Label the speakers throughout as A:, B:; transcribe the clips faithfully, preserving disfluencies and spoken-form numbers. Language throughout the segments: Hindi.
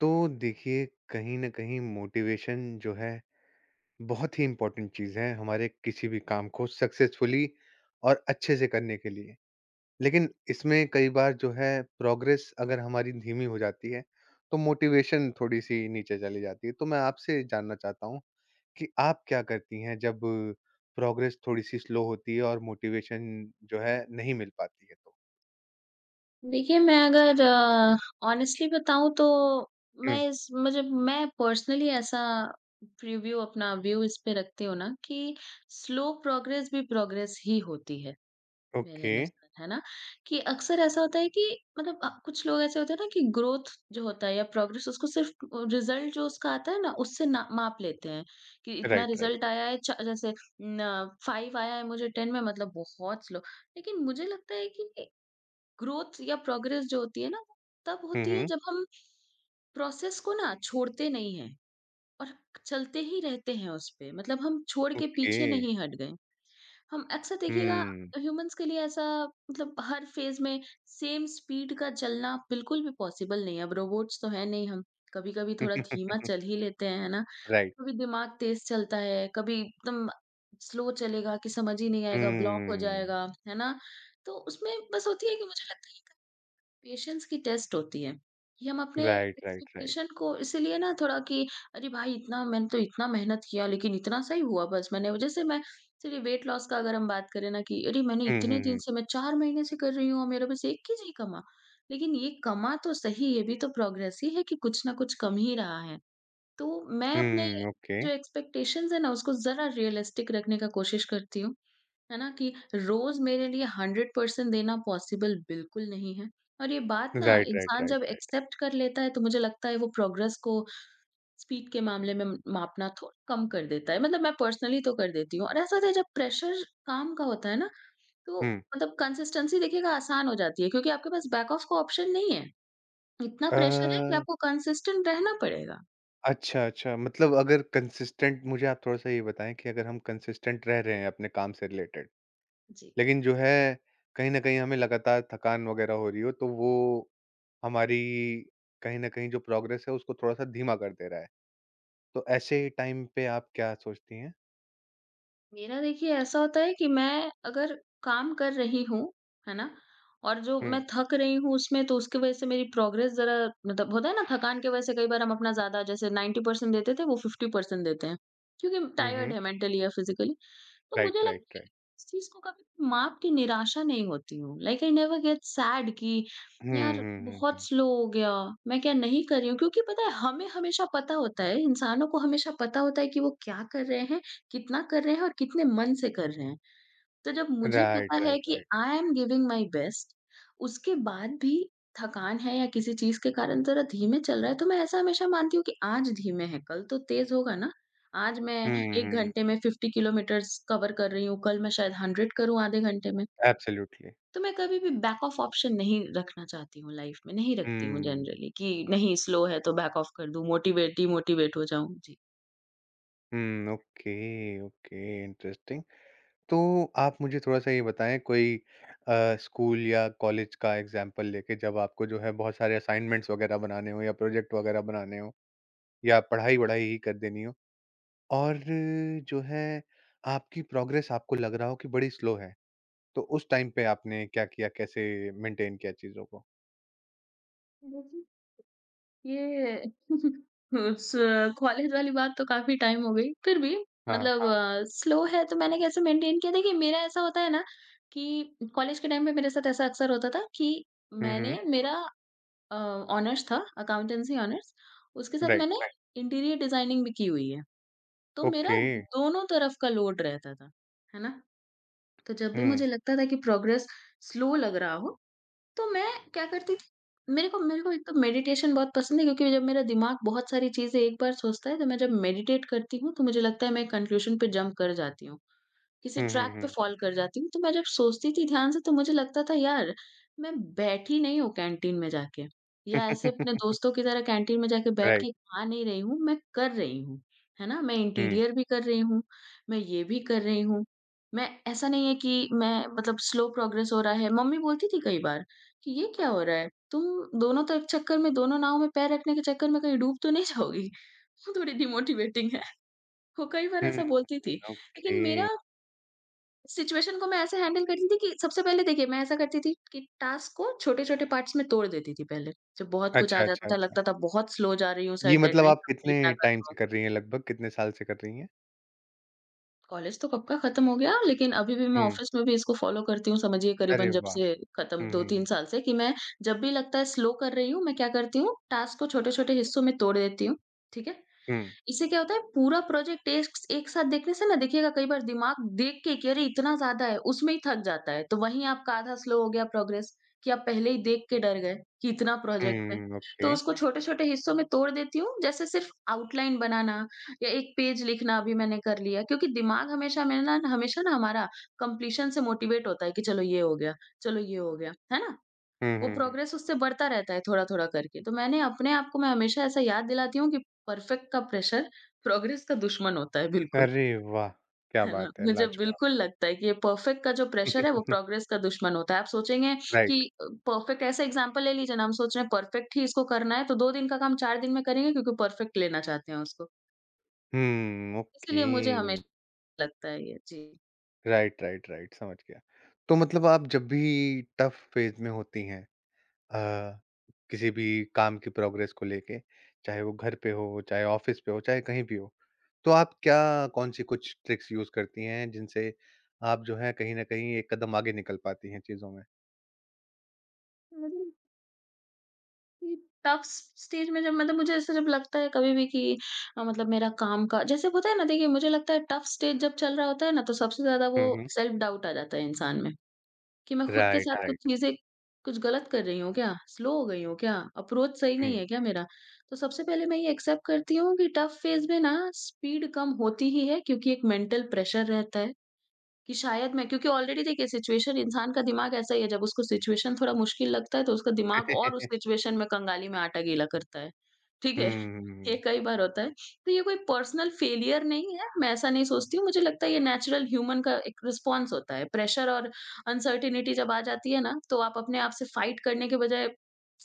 A: तो देखिए कहीं न कहीं मोटिवेशन जो है बहुत ही इम्पोर्टेंट चीज़ है हमारे किसी भी काम को सक्सेसफुली और अच्छे से करने के लिए। लेकिन
B: Ye-
A: इसमें कई बार जो है प्रोग्रेस अगर हमारी धीमी हो जाती है, तो मोटिवेशन थोड़ी-सी नीचे चली जाती है। तो मैं आपसे जानना चाहता हूँ कि आप क्या करती हैं जब प्रोग्रेस थोड़ी-सी स्लो होती है और मोटिवेशन जो है नहीं मिल पाती है तो?
B: देखिए, मैं अगर ऑनेस्टली बताऊँ तो मैं
A: हुँ,
B: इस मुझे मैं पर्सनली ऐसा प्रीव्यू अपना व्यू इस पे रखती हूँ ना कि स्लो प्रोग्रेस भी प्रोग्रेस ही होती है, मेरे
A: ओके।
B: अनुसार, है ना? कि अक्सर ऐसा होता है कि मतलब अ, कुछ लोग ऐसे होते हैं ना कि ग्रोथ जो होता है या प्रोग्रेस उसको सिर्फ़ रिज़ल्ट जो उसका आता है ना, उससे ना माप लेते हैं कि इतना
A: राइट, राइट।
B: रिज़ल्ट आया है च जैसे न फ़ाइव आया है मुझे टेन में मतलब बहुत स्लो। लेकिन मुझे लगता है कि ग्रोथ या प्रोग्रेस जो होती है ना वो तब
A: हुँ,
B: होती है
A: हुँ।
B: जब हम प्रोसेस को ना छोड़ते नहीं हैं और चलते ही रहते हैं उस पे मतलब हम छोड़ के
A: ओके।
B: पीछे नहीं हट गए। हम अक्सर देखिएगा
A: हुँ।
B: ह्यूमंस के लिए ऐसा मतलब हर फेज में सेम स्पीड का चलना बिल्कुल भी पॉसिबल नहीं है, अब रोबोट्स तो है नहीं हम कभी कभी थोड़ा धीमा चल ही लेते हैं, है ना?
A: राइट।
B: कभी दिमाग तेज चलता है, कभी एकदम स्लो चलेगा कि समझ ही नहीं आएगा, ब्लॉक हो
A: हम्म,
B: जाएगा, है ना? तो उसमें बस होती है कि मुझे लगता है पेशेंस की टेस्ट होती है कि हम अपने
A: राइट, राइट, राइट।
B: एक्सपेक्टेशन को इसीलिए ना थोड़ा कि अरे भाई इतना मैंने तो इतना मेहनत किया लेकिन इतना सही हुआ, बस मैंने जैसे मैं सिर्फ वेट लॉस का अगर हम बात करें ना कि अरे मैंने
A: हुँ, हुँ,
B: इतने दिन
A: हुँ।
B: से मैं चार महीने से कर रही हूँ और मेरा बस एक ही जी कमा। लेकिन ये कमा तो सही ये भी तो प्रोग्रेस ही है कि कुछ ना कुछ कम ही रहा है। तो मैं अपने
A: हुँ, ओके।
B: जो एक्सपेक्टेशंस है ना उसको जरा रियलिस्टिक रखने का कोशिश करती हूँ, है ना? कि रोज मेरे लिए हंड्रेड परसेंट देना पॉसिबल बिल्कुल नहीं है। और ये बात ना
A: राइट, राइट,
B: इंसान
A: राइट,
B: जब
A: राइट।
B: एक्सेप्ट कर लेता है तो मुझे लगता है वो प्रोग्रेस को स्पीड के मामले में मापना थोड़ा कम कर देता है। मतलब मैं पर्सनली तो कर देती हूँ, और ऐसा होता है जब प्रेशर काम का होता है ना तो
A: हुँ।
B: मतलब कंसिस्टेंसी देखिएगा आसान हो जाती है क्योंकि आपके पास बैक ऑफ का ऑप्शन नहीं है। इतना प्रेशर है कि
A: अ,
B: आपको कंसिस्टेंट रहना पड़ेगा।
A: अच्छा, अच्छा मतलब अगर कंसिस्टेंट मुझे आप थोड़ा-सा ये बताएँ कि अगर हम कंसिस्टेंट रह रहे हैं अपने काम से रिलेटेड,
B: जी।
A: लेकिन जो है कहीं न कहीं हमें लगातार थकान वगैरह हो रही हो, तो वो हमारी कहीं न कहीं जो प्रोग्रेस है उसको थोड़ा-सा धीमा कर दे रहा है। तो ऐसे टाइम पे आप क्या सोचती हैं?
B: मेरा देखिए ऐसा होता है कि मैं अगर काम कर रही हूँ, है ना? और जो मैं
A: हुँ।
B: थक रही हूँ उसमें तो उसकी वजह से मेरी प्रोग्रेस ज़रा मतलब होता है ना थकान की वजह से कई बार हम अपना ज़्यादा जैसे नाइंटी परसेंट देते थे वो फ़िफ़्टी परसेंट देते हैं। क्योंकि
A: हुँ,
B: टायर्ड
A: हुँ।
B: है मेंटली या फिज़िकली। तो मुझे
A: राइट,
B: लगता
A: राइट,
B: है
A: राइट।
B: कि इस चीज़ को कभी माप के निराशा नहीं होती हूँ। Like I never get sad कि
A: हुँ,
B: यार
A: हुँ, हुँ,
B: बहुत
A: हुँ।
B: स्लो हो गया, मैं क्या नहीं कर रही हूँ, क्योंकि पता है, हमें हमेशा पता होता है, इंसानों को हमेशा पता होता है कि वो क्या कर रहे हैं, कितना कर रहे हैं और कितने मन से कर रहे हैं। तो जब मुझे पता
A: राइट,
B: है
A: राइट,
B: कि
A: right.
B: I am giving my best, उसके बाद भी थकान है या किसी चीज़ के कारण ज़रा धीमे चल रहा है, तो मैं ऐसा हमेशा मानती हूँ कि आज धीमे है, कल तो तेज़ होगा ना। आज मैं
A: हुँ, हुँ,
B: एक
A: हुँ।
B: घंटे में फ़िफ़्टी किलोमीटर्स कवर कर रही हूँ, कल मैं शायद हंड्रेड करूँ आधे घंटे में।
A: एब्सोल्युटली।
B: तो मैं कभी भी बैक ऑफ ऑप्शन नहीं रखना चाहती हूँ लाइफ में, नहीं रखती हूँ
A: हुँ।
B: जनरली कि नहीं स्लो है तो बैक ऑफ कर दूँ, मोटिवेट डिमोटिवेट हो जाऊँ।
A: हुँ, ओके, ओके, इंटरेस्टिंग। तो आप मुझे थोड़ा-सा ये बताएँ कोई अ, स्कूल या कॉलेज का एग्ज़ाम्पल लेके जब आपको जो है बहुत सारे असाइनमेंट्स वगैरह बनाने हों या प्रोजेक्ट वगैरह बनाने हों या पढ़ाई-वढ़ाई ही कर देनी हो और जो है आपकी प्रोग्रेस आपको लग रहा हो कि बड़ी स्लो है, तो उस टाइम पे आपने क्या किया? कैसे मेंटेन किया चीज़ों को?
B: जी। ये उस कॉलेज वाली बात तो काफ़ी टाइम हो गई। फिर भी
A: हाँ।
B: मतलब हाँ। अ, स्लो है तो मैंने कैसे मेंटेन किया? देखिए मेरा ऐसा होता है ना कि कॉलेज के टाइम पे मेरे साथ ऐसा अक्सर होता था कि
A: हुँ, हुँ,
B: मैंने मेरा अ, ऑनर्स था, अकाउंटेंसी ऑनर्स, उसके साथ मैंने
A: राइट।
B: राइट। इंटीरियर डिज़ाइनिंग भी की हुई है। तो मेरा
A: ओके।
B: दोनों तरफ का लोड रहता था, है ना? तो जब भी
A: हुँ।
B: मुझे लगता था कि प्रोग्रेस स्लो लग रहा हो तो मैं क्या करती थी, मेरे को मेरे को एक तो मेडिटेशन बहुत पसंद है क्योंकि जब मेरा दिमाग बहुत सारी चीज़ें एक बार सोचता है तो मैं जब मेडिटेट करती हूँ तो मुझे लगता है मैं कंक्लूजन पे जंप कर जाती हूँ। किसी
A: हुँ, हुँ,
B: ट्रैक पे
A: हुँ।
B: फ़ॉल कर जाती हूँ, तो मैं जब सोचती थी ध्यान से तो मुझे लगता था यार, मैं बैठी नहीं हूँ कैंटीन में जाके या ऐसे अपने दोस्तों की तरह कैंटीन में जाके बैठ
A: राइट।
B: के खा नहीं रही हूँ, मैं कर रही हूँ, है ना? मैं
A: हुँ।
B: इंटीरियर भी कर रही हूँ, मैं ये भी कर रही हूँ। मैं ऐसा नहीं है कि मैं मतलब स्लो प्रोग्रेस हो रहा है। मम्मी बोलती थी कई बार कि, "ये क्या हो रहा है? तुम दोनों तो एक चक्कर में दोनों नाव में पैर रखने के चक्कर में कहीं डूब तो नहीं जाओगी?" वो थोड़ी डिमोटिवेटिंग है। वो कई बार
A: हुँ।
B: ऐसा बोलती थी।
A: ओके।
B: लेकिन मेरा सिचुएशन को मैं ऐसे हैंडल करती थी कि सबसे पहले देखिए मैं ऐसा करती थी कि टास्क को छोटे-छोटे पार्ट्स में तोड़ देती थी पहले। जब बहुत कुछ आ
A: अच्छा,
B: जाता
A: अच्छा,
B: था
A: अच्छा।
B: लगता था बहुत स्लो जा रही हूँ,
A: ये
B: शायद
A: मतलब
B: डेडलाइन
A: आप कितने
B: कंप्लीट ना कर
A: टाइम से
B: पाऊँ।
A: कर रही हैं लगभग? कितने साल से कर रही हैं?
B: कॉलेज तो कब का खत्म हो गया लेकिन अभी भी मैं
A: हुँ।
B: ऑफिस में भी इसको फॉलो करती हूँ, समझिए
A: अरे
B: करीबन जब
A: वाह!
B: से खत्म
A: हुँ, हुँ,
B: दो तीन
A: हुँ।
B: साल से कि मैं जब भी लगता है स्लो कर रही हूँ, मैं क्या करती हूँ टास्क को छोटे-छोटे हिस्सों में तोड़ देती हूँ, ठीक है?
A: हुँ।
B: इससे क्या होता है पूरा प्रोजेक्ट टेस्क एक साथ देखने से ना देखिएगा कई बार दिमाग देख के कि अरे इतना ज्यादा है उसमें ही थक जाता है तो वहीं आपका आधा स्लो हो गया प्रोग्रेस कि आप पहले ही देख के डर गए कि इतना प्रोजेक्ट है।
A: हुँ,
B: तो
A: ओके।
B: उसको छोटे छोटे हिस्सों में तोड़ देती हूँ जैसे सिर्फ आउटलाइन बनाना या एक पेज लिखना अभी मैंने कर लिया, क्योंकि दिमाग हमेशा मेरा ना हमेशा ना हमारा कंप्लीशन से मोटिवेट होता है कि चलो ये हो गया, चलो ये हो गया, है ना?
A: हुँ,
B: वो
A: हुँ, हुँ।
B: प्रोग्रेस उससे बढ़ता रहता है थोड़ा-थोड़ा करके। तो मैंने अपने आप को मैं हमेशा ऐसा याद दिलाती हूँ कि परफेक्ट का प्रेशर प्रोग्रेस का दुश्मन होता है बिल्कुल,
A: अरे वाह! क्या
B: है ना?
A: बात है,
B: मुझे
A: लाजवाब।
B: बिल्कुल लगता है कि ये परफेक्ट का जो प्रेशर है वो प्रोग्रेस का दुश्मन होता है। आप सोचेंगे कि
A: राइट।
B: अ, परफेक्ट ऐसा एग्ज़ाम्पल ले लीजिए ना, हम सोच रहे हैं परफेक्ट ही इसको करना है तो दो दिन का काम चार दिन में करेंगे क्योंकि परफेक्ट लेना चाहते हैं उसको।
A: हुँ, ओके।
B: इसीलिए मुझे हमेशा लगता है ये।
A: राइट, राइट, राइट, समझ गया। तो मतलब आप जब भी टफ़ फ़ेज़ में होती हैं अ, किसी भी काम की प्रोग्रेस को लेके, चाहे वो घर पे हो, चाहे ऑफिस पे हो, चाहे कहीं भी हो। तो आप क्या कौन-सी कुछ ट्रिक्स यूज़ करती हैं जिनसे आप जो है कहीं न कहीं एक कदम आगे निकल पाती हैं चीज़ों में?
B: जी। कि टफ स्टेज में जब मतलब मुझे ऐसा जब लगता है कभी भी कि अ, मतलब मेरा काम का जैसे होता है ना, देखिए मुझे लगता है टफ स्टेज जब चल रहा होता है ना तो सबसे ज़्यादा वो
A: हुँ, हुँ।
B: सेल्फ डाउट आ जाता है इंसान में कि मैं खुद के साथ
A: राइट,
B: राइट कुछ
A: राइट।
B: चीज़ें कुछ गलत कर रही हूँ क्या, स्लो हो गई हूँ क्या, अप्रोच सही नहीं
A: हुँ।
B: है क्या मेरा। तो सबसे पहले मैं ये एक्सेप्ट करती हूँ कि टफ फेज में ना स्पीड कम होती ही है क्योंकि एक मेंटल प्रेशर रहता है कि शायद मैं क्योंकि ऑलरेडी देखिए सिचुएशन, इंसान का दिमाग ऐसा ही है, जब उसको सिचुएशन थोड़ा मुश्किल लगता है तो उसका दिमाग और उस सिचुएशन में कंगाली में आटा गीला करता है। ठीक है?
A: हुँ, हुँ,
B: ये
A: हुँ।
B: कई बार होता है। तो ये कोई पर्सनल फेलियर नहीं है, मैं ऐसा नहीं सोचती हूँ। मुझे लगता है ये नेचुरल ह्यूमन का एक रिस्पॉन्स होता है। प्रेशर और अनसर्टेनिटी जब आ जाती है ना, तो आप अपने आप से फाइट करने के बजाय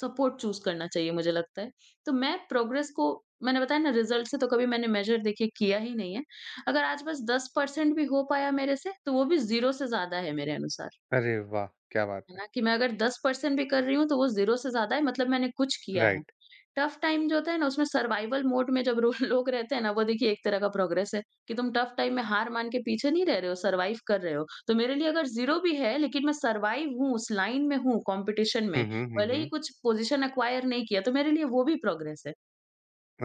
B: सपोर्ट चूज़ करना चाहिए मुझे लगता है। तो मैं प्रोग्रेस को मैंने बताया ना रिज़ल्ट से तो कभी मैंने मेज़र देखिए किया ही नहीं है। अगर आज बस टेन परसेंट भी हो पाया मेरे से तो वो भी ज़ीरो से ज़्यादा है मेरे अनुसार,
A: अरे वाह! क्या बात
B: है
A: है।
B: ना? कि मैं अगर टेन परसेंट भी कर रही हूँ तो वो ज़ीरो से ज़्यादा है, मतलब मैंने कुछ किया है।
A: राइट।
B: टफ टाइम जो होता है ना उसमें सर्वाइवल मोड में जब रो लोग रहते हैं ना वो देखिए एक तरह का प्रोग्रेस है कि तुम टफ टाइम में हार मान के पीछे नहीं रह रहे हो, सर्वाइव कर रहे हो। तो मेरे लिए अगर ज़ीरो भी है लेकिन मैं सर्वाइव हूँ, उस लाइन में हूँ कॉम्पिटिशन
A: हुँ,
B: में,
A: हुँ, हुँ,
B: भले ही
A: हुँ।
B: कुछ पोज़ीशन एक्वायर नहीं किया तो मेरे लिए वो भी प्रोग्रेस है।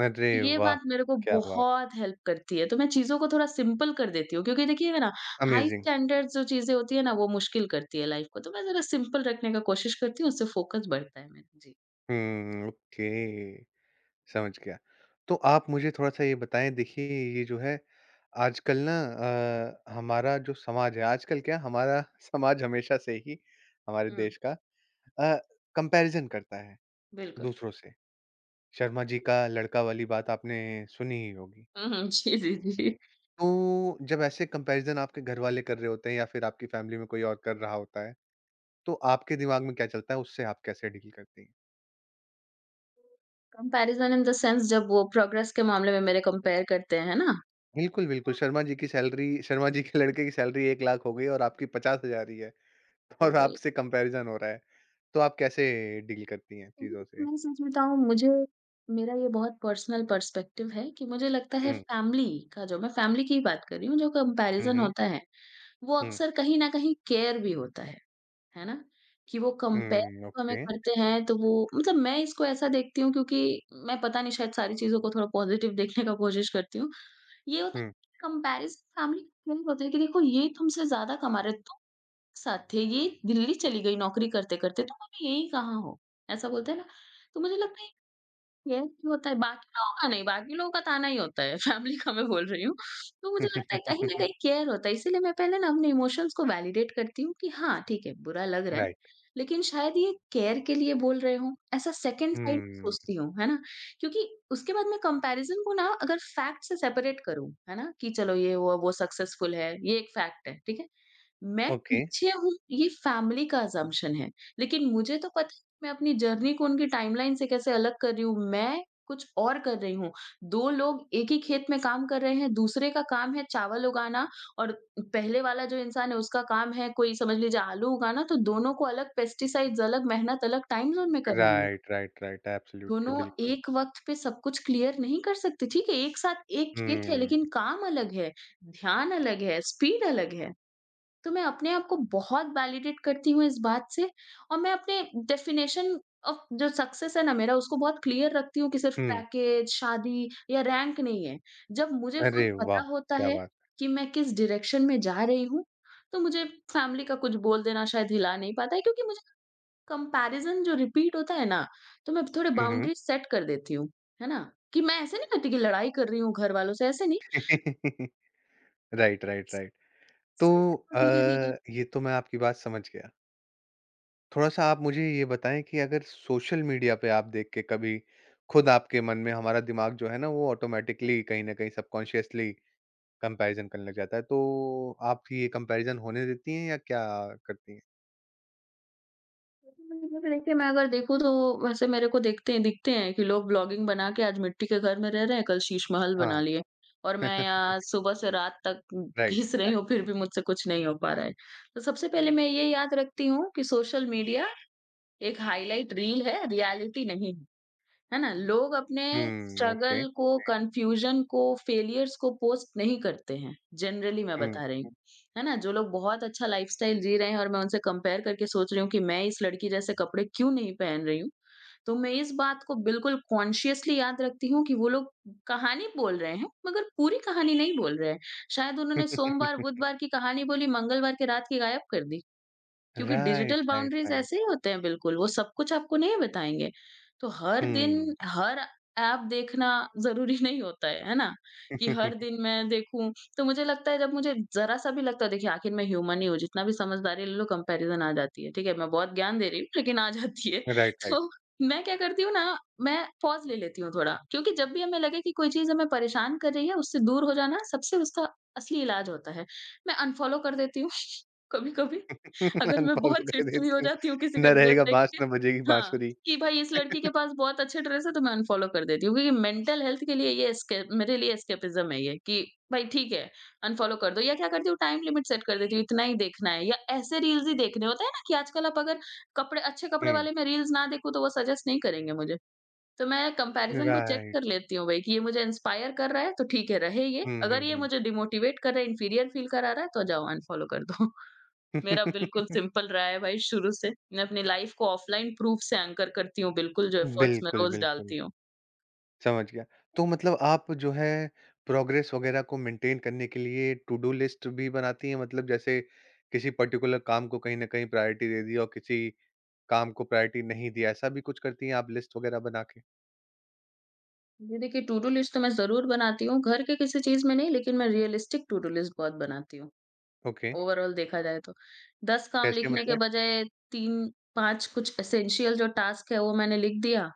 A: अरे
B: ये
A: वाह!
B: बात मेरे को
A: क्या बात।
B: बहुत हेल्प करती है, तो मैं चीज़ों को थोड़ा सिंपल कर देती हूँ क्योंकि देखिए ना, हाई
A: अमेज़िंग।
B: स्टैंडर्ड्स जो चीज़ें होती है ना, वो मुश्किल करती है लाइफ़ को, तो मैं ज़रा सिंपल रखने का कोशिश करती हूँ, उससे फोकस बढ़ता है मेरा। जी।
A: हुँ, ओके। समझ गया। तो आप मुझे थोड़ा-सा ये बताएँ देखिए ये जो है आजकल ना अ, हमारा जो समाज है आजकल क्या हमारा समाज हमेशा से ही हमारे
B: हुँ,
A: देश का अ, कंपैरिज़न करता है
B: बिल्कुल।
A: दूसरों से। शर्मा जी का लड़का वाली बात आपने सुनी ही होगी।
B: हुँ, हुँ। जी, जी, जी।
A: तो जब ऐसे कंपैरिज़न आपके घरवाले कर रहे होते हैं या फिर आपकी फ़ैमिली में कोई और कर रहा होता है, तो आपके दिमाग में क्या चलता है? उससे आप कैसे डील करती हैं?
B: कंपैरिज़न इन द सेंस जब वो प्रोग्रेस के मामले में मेरे कंपेयर करते हैं, है ना?
A: बिल्कुल, बिल्कुल। शर्मा जी की सैलरी शर्मा जी के लड़के की सैलरी एक लाख हो गई और आपकी पचास हज़ार ही है। और
B: बिल्कुल।
A: आपसे कंपैरिज़न हो रहा है, तो आप कैसे डील करती हैं चीज़ों से?
B: मैं सच बताऊँ मुझे मेरा ये बहुत पर्सनल पर्सपेक्टिव है कि मुझे लगता है
A: हुँ।
B: फैमिली का जो मैं फैमिली की ही बात कर रही हूँ, जो
A: हुँ,
B: कंपैरिज़न
A: हुँ।
B: होता है वो
A: हुँ,
B: अक्सर कहीं न कहीं केयर भी होता है, है ना? कि वो कंपेयर
A: हुँ,
B: जब हमें
A: ओके।
B: करते हैं तो वो मतलब मैं इसको ऐसा देखती हूँ क्योंकि मैं पता नहीं शायद सारी चीज़ों को थोड़ा पॉज़िटिव देखने का कोशिश करती हूँ। ये होता है
A: हुँ।
B: कि कंपैरिज़न फैमिली का खेल होता है कि देखो ये तुमसे ज़्यादा कमा रहे, तुम साथ थे, ये दिल्ली चली गई नौकरी करते-करते, तुम अभी यहीं कहाँ हो? ऐसा बोलते हैं ना? तो मुझे लगता है ये होता है, बाकी लोगों का नहीं, बाकी लोगों का ताना ही होता है, फैमिली का मैं बोल रही हूँ। तो मुझे लगता है कहीं न कहीं केयर होता है, इसीलिए मैं पहले ना अपने इमोशंस को वैलिडेट करती हूँ कि हाँ, ठीक है, बुरा लग रहा है,
A: राइट।
B: लेकिन शायद ये केयर के लिए बोल रहे हों, ऐसा सेकंड साइड में
A: हुँ,
B: सोचती हूँ, है ना? क्योंकि उसके बाद मैं कंपैरिज़न को ना अगर फैक्ट से सेपरेट करूँ, है ना? कि चलो ये वो वो सक्सेसफुल है, ये एक फैक्ट है, ठीक है? मैं
A: ओके।
B: पीछे हूँ ये फैमिली का असम्पशन है, लेकिन मुझे तो पता है मैं अपनी जर्नी को उनकी टाइमलाइन से कैसे अलग कर रही हूँ, मैं कुछ और कर रही हूँ। दो लोग एक ही खेत में काम कर रहे हैं, दूसरे का काम है चावल उगाना और पहले वाला जो इंसान है उसका काम है कोई समझ लीजिए आलू उगाना तो दोनों को अलग पेस्टिसाइड्स अलग, मेहनत अलग, टाइम ज़ोन में करनी है।
A: Right, right, right. एब्सोल्युटली,
B: दोनों
A: बिल्कुल।
B: एक वक़्त पे सब कुछ क्लियर नहीं कर सकते, ठीक है? एक साथ एक खेत है
A: हुँ,
B: लेकिन काम अलग है, ध्यान अलग है, स्पीड अलग है। तो मैं अपने आप को बहुत वैलिडेट करती हूँ इस बात से और मैं अपने डेफ़िनेशन ऑफ जो सक्सेस है ना मेरा उसको बहुत क्लियर रखती हूँ कि सिर्फ़
A: हुँ।
B: पैकेज, शादी या रैंक नहीं है। जब मुझे खुद
A: अरे वाह!
B: पता होता
A: क्या
B: है
A: बात!
B: कि मैं किस डायरेक्शन में जा रही हूँ, तो मुझे फ़ैमिली का कुछ बोल देना शायद हिला नहीं पाता है क्योंकि मुझे कंपैरिज़न जो रिपीट होता है ना, तो मैं थोड़े
A: हुँ, हुँ।
B: बाउंड्रीज़ सेट कर देती हूँ, है ना? कि मैं ऐसे नहीं करती कि लड़ाई कर रही हूँ घर वालों से, ऐसे नहीं।
A: Right, right, right. तो अ,
B: धीरे-धीरे
A: ये तो मैं आपकी बात समझ गया। थोड़ा-सा आप मुझे ये बताएँ कि अगर सोशल मीडिया पे आप देख के कभी खुद आपके मन में हमारा दिमाग जो है ना, वो ऑटोमैटिकली कहीं न कहीं सबकॉन्शियसली कंपैरिज़न करने लग जाता है, तो आप ये कंपैरिज़न होने देती हैं या क्या करती हैं?
B: देखिए, मैं अगर देखूँ तो वैसे मेरे को देखते हैं दिखते हैं कि लोग ब्लॉगिंग बना के आज मिट्टी के घर में रह रहे हैं, कल शीश महल
A: हाँ।
B: बना लिए और मैं यहाँ सुबह से रात तक
A: राइट।
B: घिस रही हूँ, फिर भी मुझसे कुछ नहीं हो पा रहा है। तो सबसे पहले मैं ये याद रखती हूँ कि सोशल मीडिया एक हाइलाइट रील है, रियलिटी नहीं। है ना? लोग अपने
A: हुँ, ओके।
B: स्ट्रगल को, कन्फ्यूजन को, फेलियर्स को पोस्ट नहीं करते हैं, जनरली मैं
A: हुँ।
B: बता रही हूँ। है ना? जो लोग बहुत अच्छा लाइफ़स्टाइल जी रहे हैं और मैं उनसे कंपेयर करके सोच रही हूँ कि मैं इस लड़की जैसे कपड़े क्यों नहीं पहन रही हूँ। तो मैं इस बात को बिल्कुल कॉन्शियसली याद रखती हूँ कि वो लोग कहानी बोल रहे हैं, मगर पूरी कहानी नहीं बोल रहे हैं। शायद उन्होंने सोमवार, बुधवार की कहानी बोली, मंगलवार के रात की गायब कर दी। क्योंकि digital
A: right, right,
B: boundaries
A: right.
B: ऐसे ही होते हैं बिल्कुल, वो सब कुछ आपको नहीं बताएँगे। तो हर
A: हुँ।
B: दिन हर ऐप देखना ज़रूरी नहीं होता है, है ना? कि हर दिन मैं देखूँ, तो मुझे लगता है जब मुझे ज़रा-सा भी लगता है देखिए आखिर मैं ह्यूमन ही हूँ, जितना भी समझदारी ले लो कंपैरिज़न आ जाती है, ठीक है? मैं बहुत ज्ञान दे रही हूँ लेकिन आ जाती है।
A: Right, right.
B: तो मैं क्या करती हूँ ना, मैं पॉज़ ले लेती हूँ थोड़ा, क्योंकि जब भी हमें लगे कि कोई चीज़ हमें परेशान कर रही है, उससे दूर हो जाना सबसे उसका असली इलाज होता है। मैं अनफ़ॉलो कर देती हूँ कभी-कभी। अगर मैं
A: अनफ़ॉलो
B: बहुत
A: कर
B: चिड़चिड़ी हो
A: देती हूँ।
B: जाती हूँ किसी
A: ना
B: का ड्रेस
A: रहेगा
B: देख
A: बाँस,
B: के
A: ना बजेगी
B: हाँ,
A: बाँसुरी।
B: कि भाई इस लड़की के पास बहुत अच्छे ड्रेस है तो मैं अनफॉलो कर देती हूँ क्योंकि मेंटल हेल्थ के लिए ये एस्के मेरे लिए एस्केपिज़्म है ये कि भाई ठीक है, अनफॉलो कर दो या क्या करती हूँ टाइम लिमिट सेट कर देती हूँ, इतना ही देखना है या ऐसे रील्स ही देखने होते हैं ना कि आजकल आप अगर कपड़े अच्छे कपड़े
A: हुँ,
B: वाले मैं रील्स ना देखूँ तो वो सजेस्ट नहीं करेंगे मुझे। तो मैं कंपैरिज़न को चेक कर
A: राइट।
B: लेती हूँ भाई कि ये मुझे इंस्पायर कर रहा है तो ठीक है, रहे ये,
A: हुँ,
B: अगर
A: हुँ,
B: ये
A: हुँ।
B: मुझे डिमोटिवेट कर रहा है, इंफीरियर फील करा रहा है तो जाओ अनफॉलो कर दो। मेरा बिल्कुल सिंपल रहा है भाई शुरू से। मैं अपनी लाइफ़ को ऑफ़लाइन प्रूफ से एंकर करती हूँ बिल्कुल, जो एफर्ट्स मैं
A: बिल्कुल,
B: रोज़
A: बिल्कुल।
B: डालती हूँ।
A: समझ गया। तो मतलब आप जो है प्रोग्रेस वगैरह को मेंटेन करने के लिए टू डू लिस्ट भी बनाती हैं? मतलब जैसे किसी पर्टिकुलर काम को कहीं न कहीं प्रायोरिटी दे दी और किसी काम को प्रायोरिटी नहीं दिया, ऐसा भी कुछ करती हैं आप लिस्ट वगैरह बना के?
B: जी देखिए, टू-डू लिस्ट तो मैं ज़रूर बनाती हूँ, घर के किसी चीज़ में नहीं लेकिन मैं रियलिस्टिक टू-डू लिस्ट बहुत बनाती हूँ।
A: ओके,
B: ओवरऑल देखा जाए तो। दस काम
A: कैसे
B: लिखने के
A: मतलब?
B: बजाय तीन से पाँच कुछ एसेंशियल जो टास्क है, वो मैंने लिख दिया।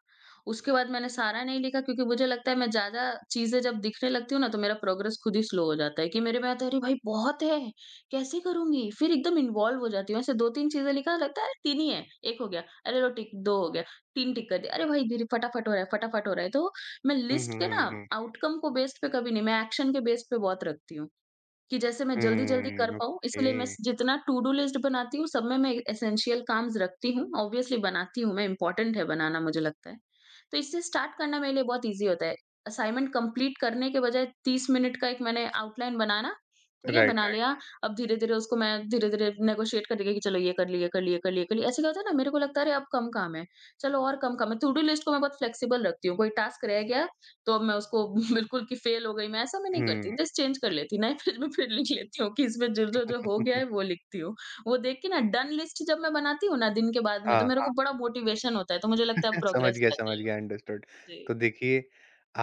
B: उसके बाद मैंने सारा नहीं लिखा क्योंकि मुझे लगता है मैं ज़्यादा चीज़ें जब दिखने लगती हूँ ना, तो मेरा प्रोग्रेस खुद ही स्लो हो जाता है कि मेरे में आता है, "अरे भाई! बहुत है, कैसे करूँगी?" फिर एकदम इन्वॉल्व हो जाती हूँ। ऐसे दो तीन चीज़ें लिखा, लगता है तीन ही है, एक हो गया, अरे लो टिक दो हो गया, तीन टिक कर दिया, अरे भाई धीरे फटाफट हो रहा है, फटाफट हो रहा है। तो मैं
A: हुँ,
B: लिस्ट
A: हुँ,
B: के
A: हुँ,
B: ना
A: हुँ।
B: आउटकम को बेस्ड पे कभी नहीं, मैं एक्शन के बेस्ड पे बहुत रखती हूँ। कि जैसे मैं जल्दी-जल्दी कर
A: हुँ,
B: पाऊँ, इसलिए मैं
A: ओके,
B: स जितना टू डू लिस्ट बनाती हूँ, सब में मैं एसेंशियल काम्स रखती हूँ। ऑब्वियसली बनाती हूँ मैं, इम्पोर्टेंट है बनाना मुझे लगता है। तो इससे स्टार्ट करना मेरे लिए बहुत ईज़ी होता है। असाइनमेंट कंप्लीट करने के बजाय तीस मिनट का एक मैंने आउटलाइन बनाना, ठीक है? बना
A: राइट।
B: राइट। लिया, राइट अब धीरे-धीरे उसको मैं धीरे-धीरे नेगोशिएट करने लगी कि चलो ये कर ली, ये कर ली, ये कर ली, ये कर ली। ऐसे क्या होता है ना मेरे को लगता है अरे अब कम काम है, चलो और कम काम है। टू डू लिस्ट को मैं बहुत फ्लेक्सिबल रखती हूँ, कोई टास्क रह गया तो अब मैं उसको बिल्कुल कि फेल हो गई मैं, ऐसा मैं नहीं करती।
A: हुँ।
B: हुँ। लिस्ट चेंज कर लेती, नए पेज में फिर लिख लेती हूँ कि इसमें जो-जो हो गया है वो लिखती हूँ। वो देख के ना डन लिस्ट जब मैं बनाती हूँ ना दिन के बाद में तो
A: हाँ,
B: मेरे, हाँ, को बड़ा मोटिवेशन होता है, तो मुझे लगता है अब
A: समझ
B: प्रोग्रेस
A: गया,
B: कर
A: समझ
B: रही हूँ।
A: गया, अंडरस्टूड।
B: Absolutely.
A: तो देखिए,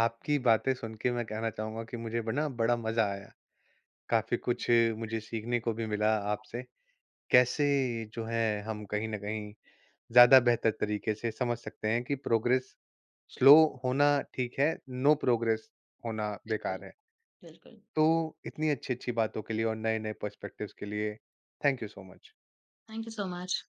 A: आपकी बातें सुन के मैं कहना चाहूँगा कि मुझे ब ना बड़ा मज़ा आया। काफ़ी कुछ मुझे सीखने को भी मिला आपसे। कैसे जो है हम कहीं न कहीं ज़्यादा बेहतर तरीके से समझ सकते हैं कि प्रोग्रेस स्लो होना ठीक है, नो प्रोग्रेस होना बेकार है।
B: Absolutely.
A: तो इतनी अच्छी-अच्छी बातों के लिए और नए-नए पर्सपेक्टिव्स के लिए thank you so much.
B: Thank you so much.